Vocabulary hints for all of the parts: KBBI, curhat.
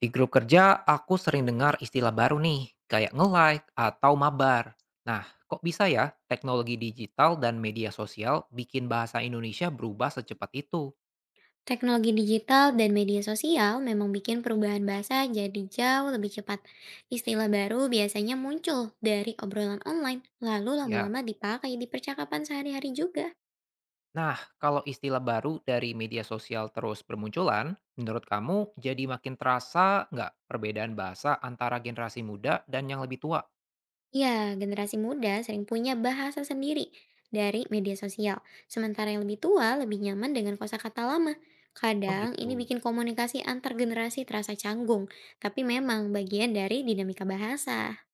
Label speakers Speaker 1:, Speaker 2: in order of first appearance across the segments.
Speaker 1: Di grup kerja, aku sering dengar istilah baru nih, kayak nge-like atau mabar. Nah, kok bisa ya teknologi digital dan media sosial bikin bahasa Indonesia berubah secepat itu?
Speaker 2: Teknologi digital dan media sosial memang bikin perubahan bahasa jadi jauh lebih cepat. Istilah baru biasanya muncul dari obrolan online, lalu
Speaker 1: Ya.
Speaker 2: lama-lama dipakai di percakapan sehari-hari juga.
Speaker 1: Nah, kalau istilah baru dari media sosial terus bermunculan, menurut kamu jadi makin terasa nggak perbedaan bahasa antara generasi muda dan yang lebih tua?
Speaker 2: Ya, generasi muda sering punya bahasa sendiri dari media sosial, sementara yang lebih tua lebih nyaman dengan kosakata lama.
Speaker 1: Oh
Speaker 2: Kadang ini
Speaker 1: gitu.
Speaker 2: bikin komunikasi antar generasi terasa canggung, tapi memang bagian dari dinamika bahasa.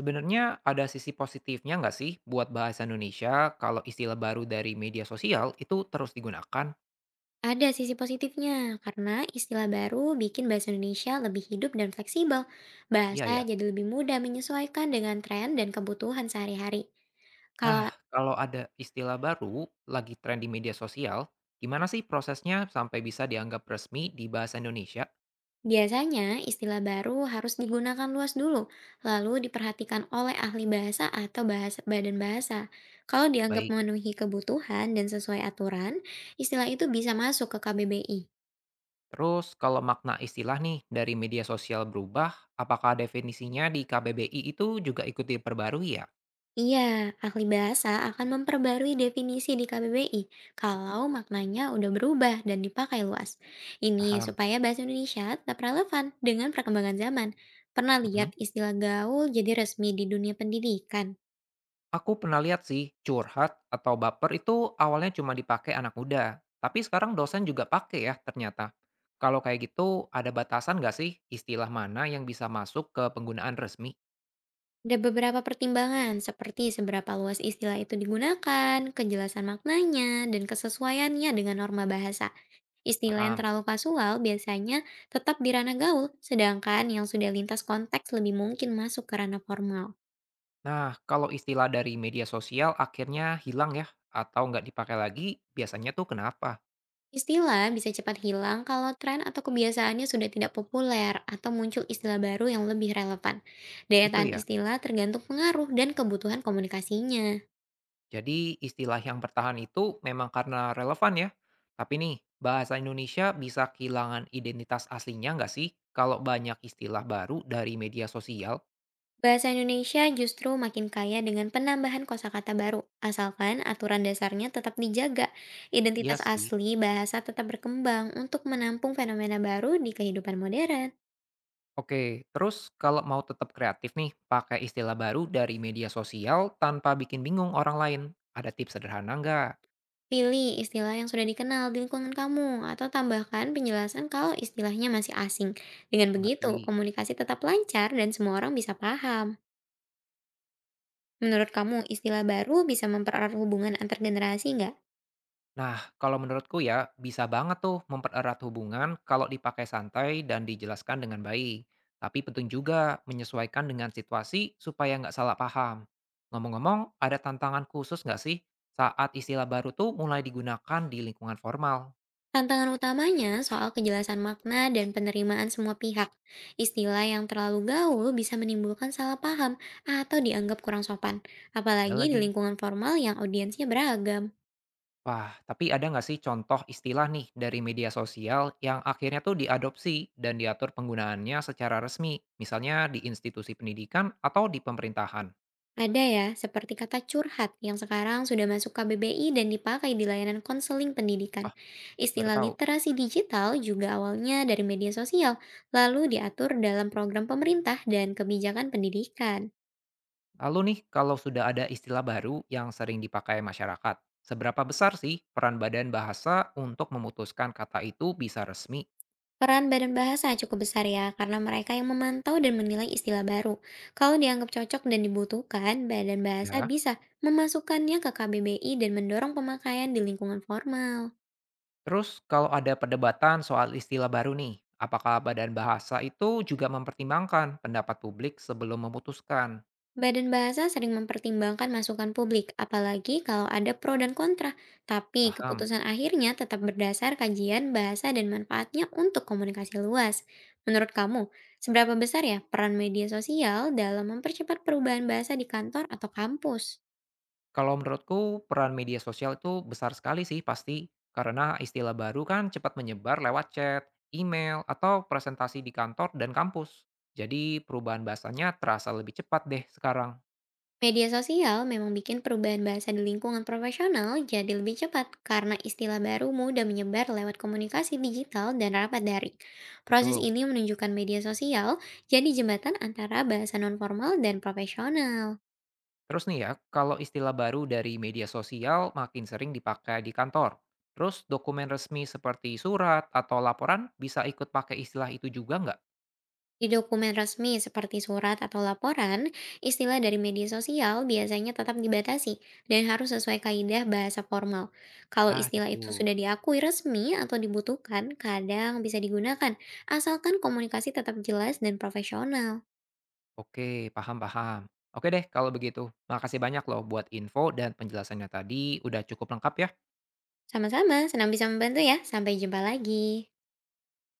Speaker 1: Sebenarnya ada sisi positifnya nggak sih buat bahasa Indonesia kalau istilah baru dari media sosial itu terus digunakan?
Speaker 2: Ada sisi positifnya, karena istilah baru bikin bahasa Indonesia lebih hidup dan fleksibel.
Speaker 1: Iya
Speaker 2: Bahasa
Speaker 1: ya.
Speaker 2: jadi lebih mudah menyesuaikan dengan tren dan kebutuhan sehari-hari.
Speaker 1: Nah,
Speaker 2: Kalau
Speaker 1: kalau ada istilah baru lagi tren di media sosial, gimana sih prosesnya sampai bisa dianggap resmi di bahasa Indonesia?
Speaker 2: biasanya istilah baru harus digunakan luas dulu, lalu diperhatikan oleh ahli bahasa atau bahasa badan bahasa. Kalau dianggap
Speaker 1: Baik.
Speaker 2: memenuhi kebutuhan dan sesuai aturan, istilah itu bisa masuk ke KBBI.
Speaker 1: Terus kalau makna istilah nih dari media sosial berubah, apakah definisinya di KBBI itu juga ikut diperbarui ya?
Speaker 2: Iya, ahli bahasa akan memperbarui definisi di KBBI kalau maknanya udah berubah dan dipakai luas. Ini
Speaker 1: Paham.
Speaker 2: supaya bahasa Indonesia tetap relevan dengan perkembangan zaman. Pernah lihat
Speaker 1: Mhm.
Speaker 2: istilah gaul jadi resmi di dunia pendidikan?
Speaker 1: Aku pernah lihat sih, curhat atau baper itu awalnya cuma dipakai anak muda. Tapi sekarang dosen juga pakai ya ternyata. Kalau kayak gitu, ada batasan nggak sih istilah mana yang bisa masuk ke penggunaan resmi?
Speaker 2: Ada beberapa pertimbangan seperti seberapa luas istilah itu digunakan, kejelasan maknanya, dan kesesuaiannya dengan norma bahasa. Istilah yang
Speaker 1: Paham.
Speaker 2: terlalu kasual biasanya tetap di ranah gaul, sedangkan yang sudah lintas konteks lebih mungkin masuk ke ranah formal.
Speaker 1: Nah, kalau istilah dari media sosial akhirnya hilang ya, atau nggak dipakai lagi, biasanya tuh kenapa?
Speaker 2: Istilah bisa cepat hilang kalau tren atau kebiasaannya sudah tidak populer atau muncul istilah baru yang lebih relevan. Daya
Speaker 1: Itu
Speaker 2: tahan
Speaker 1: ya.
Speaker 2: istilah tergantung pengaruh dan kebutuhan komunikasinya.
Speaker 1: Jadi istilah yang bertahan itu memang karena relevan ya. Tapi nih, bahasa Indonesia bisa kehilangan identitas aslinya nggak sih? Kalau banyak istilah baru dari media sosial?
Speaker 2: Bahasa Indonesia justru makin kaya dengan penambahan kosakata baru, asalkan aturan dasarnya tetap dijaga.
Speaker 1: Iya
Speaker 2: Identitas
Speaker 1: sih.
Speaker 2: asli bahasa tetap berkembang untuk menampung fenomena baru di kehidupan modern.
Speaker 1: Oke, terus kalau mau tetap kreatif nih, pakai istilah baru dari media sosial tanpa bikin bingung orang lain. Ada tips sederhana nggak?
Speaker 2: Pilih istilah yang sudah dikenal di lingkungan kamu atau tambahkan penjelasan kalau istilahnya masih asing. Dengan
Speaker 1: Ngerti.
Speaker 2: begitu, komunikasi tetap lancar dan semua orang bisa paham. Menurut kamu, istilah baru bisa mempererat hubungan antar generasi nggak?
Speaker 1: Nah, kalau menurutku ya, bisa banget tuh mempererat hubungan kalau dipakai santai dan dijelaskan dengan baik. Tapi penting juga menyesuaikan dengan situasi supaya nggak salah paham. Ngomong-ngomong, ada tantangan khusus nggak sih saat istilah baru tuh mulai digunakan di lingkungan formal?
Speaker 2: Tantangan utamanya soal kejelasan makna dan penerimaan semua pihak. Istilah yang terlalu gaul bisa menimbulkan salah paham atau dianggap kurang sopan,
Speaker 1: Ada
Speaker 2: apalagi di
Speaker 1: lagi.
Speaker 2: lingkungan formal yang audiensnya beragam.
Speaker 1: Wah, tapi ada nggak sih contoh istilah nih dari media sosial yang akhirnya tuh diadopsi dan diatur penggunaannya secara resmi, misalnya di institusi pendidikan atau di pemerintahan?
Speaker 2: Ada ya, seperti kata curhat yang sekarang sudah masuk KBBI dan dipakai di layanan konseling pendidikan.
Speaker 1: Ah, baru
Speaker 2: Istilah
Speaker 1: tahu.
Speaker 2: literasi digital juga awalnya dari media sosial, lalu diatur dalam program pemerintah dan kebijakan pendidikan.
Speaker 1: Lalu nih, kalau sudah ada istilah baru yang sering dipakai masyarakat, seberapa besar sih peran badan bahasa untuk memutuskan kata itu bisa resmi?
Speaker 2: Peran badan bahasa cukup besar ya, karena mereka yang memantau dan menilai istilah baru. Kalau dianggap cocok dan dibutuhkan, badan bahasa
Speaker 1: Ya,
Speaker 2: bisa memasukkannya ke KBBI dan mendorong pemakaian di lingkungan formal.
Speaker 1: terus kalau ada perdebatan soal istilah baru nih, apakah badan bahasa itu juga mempertimbangkan pendapat publik sebelum memutuskan?
Speaker 2: Badan bahasa sering mempertimbangkan masukan publik, apalagi kalau ada pro dan kontra. Tapi
Speaker 1: Paham?
Speaker 2: keputusan akhirnya tetap berdasar kajian bahasa dan manfaatnya untuk komunikasi luas. Menurut kamu, seberapa besar ya peran media sosial dalam mempercepat perubahan bahasa di kantor atau kampus?
Speaker 1: Kalau menurutku peran media sosial itu besar sekali sih pasti, karena istilah baru kan cepat menyebar lewat chat, email, atau presentasi di kantor dan kampus. Jadi perubahan bahasanya terasa lebih cepat deh sekarang.
Speaker 2: Media sosial memang bikin perubahan bahasa di lingkungan profesional jadi lebih cepat karena istilah baru mudah menyebar lewat komunikasi digital dan rapat daring. Proses
Speaker 1: Betul.
Speaker 2: ini menunjukkan media sosial jadi jembatan antara bahasa nonformal dan profesional.
Speaker 1: Terus nih ya, kalau istilah baru dari media sosial makin sering dipakai di kantor. Terus dokumen resmi seperti surat atau laporan bisa ikut pakai istilah itu juga nggak?
Speaker 2: Di dokumen resmi seperti surat atau laporan, istilah dari media sosial biasanya tetap dibatasi dan harus sesuai kaidah bahasa formal. Kalau
Speaker 1: Ah
Speaker 2: istilah itu
Speaker 1: gitu.
Speaker 2: sudah diakui resmi atau dibutuhkan, kadang bisa digunakan, asalkan komunikasi tetap jelas dan profesional.
Speaker 1: Oke, paham paham. Oke deh kalau begitu, makasih banyak loh buat info dan penjelasannya tadi, udah cukup lengkap ya.
Speaker 2: Sama-sama, senang bisa membantu ya. Sampai jumpa lagi.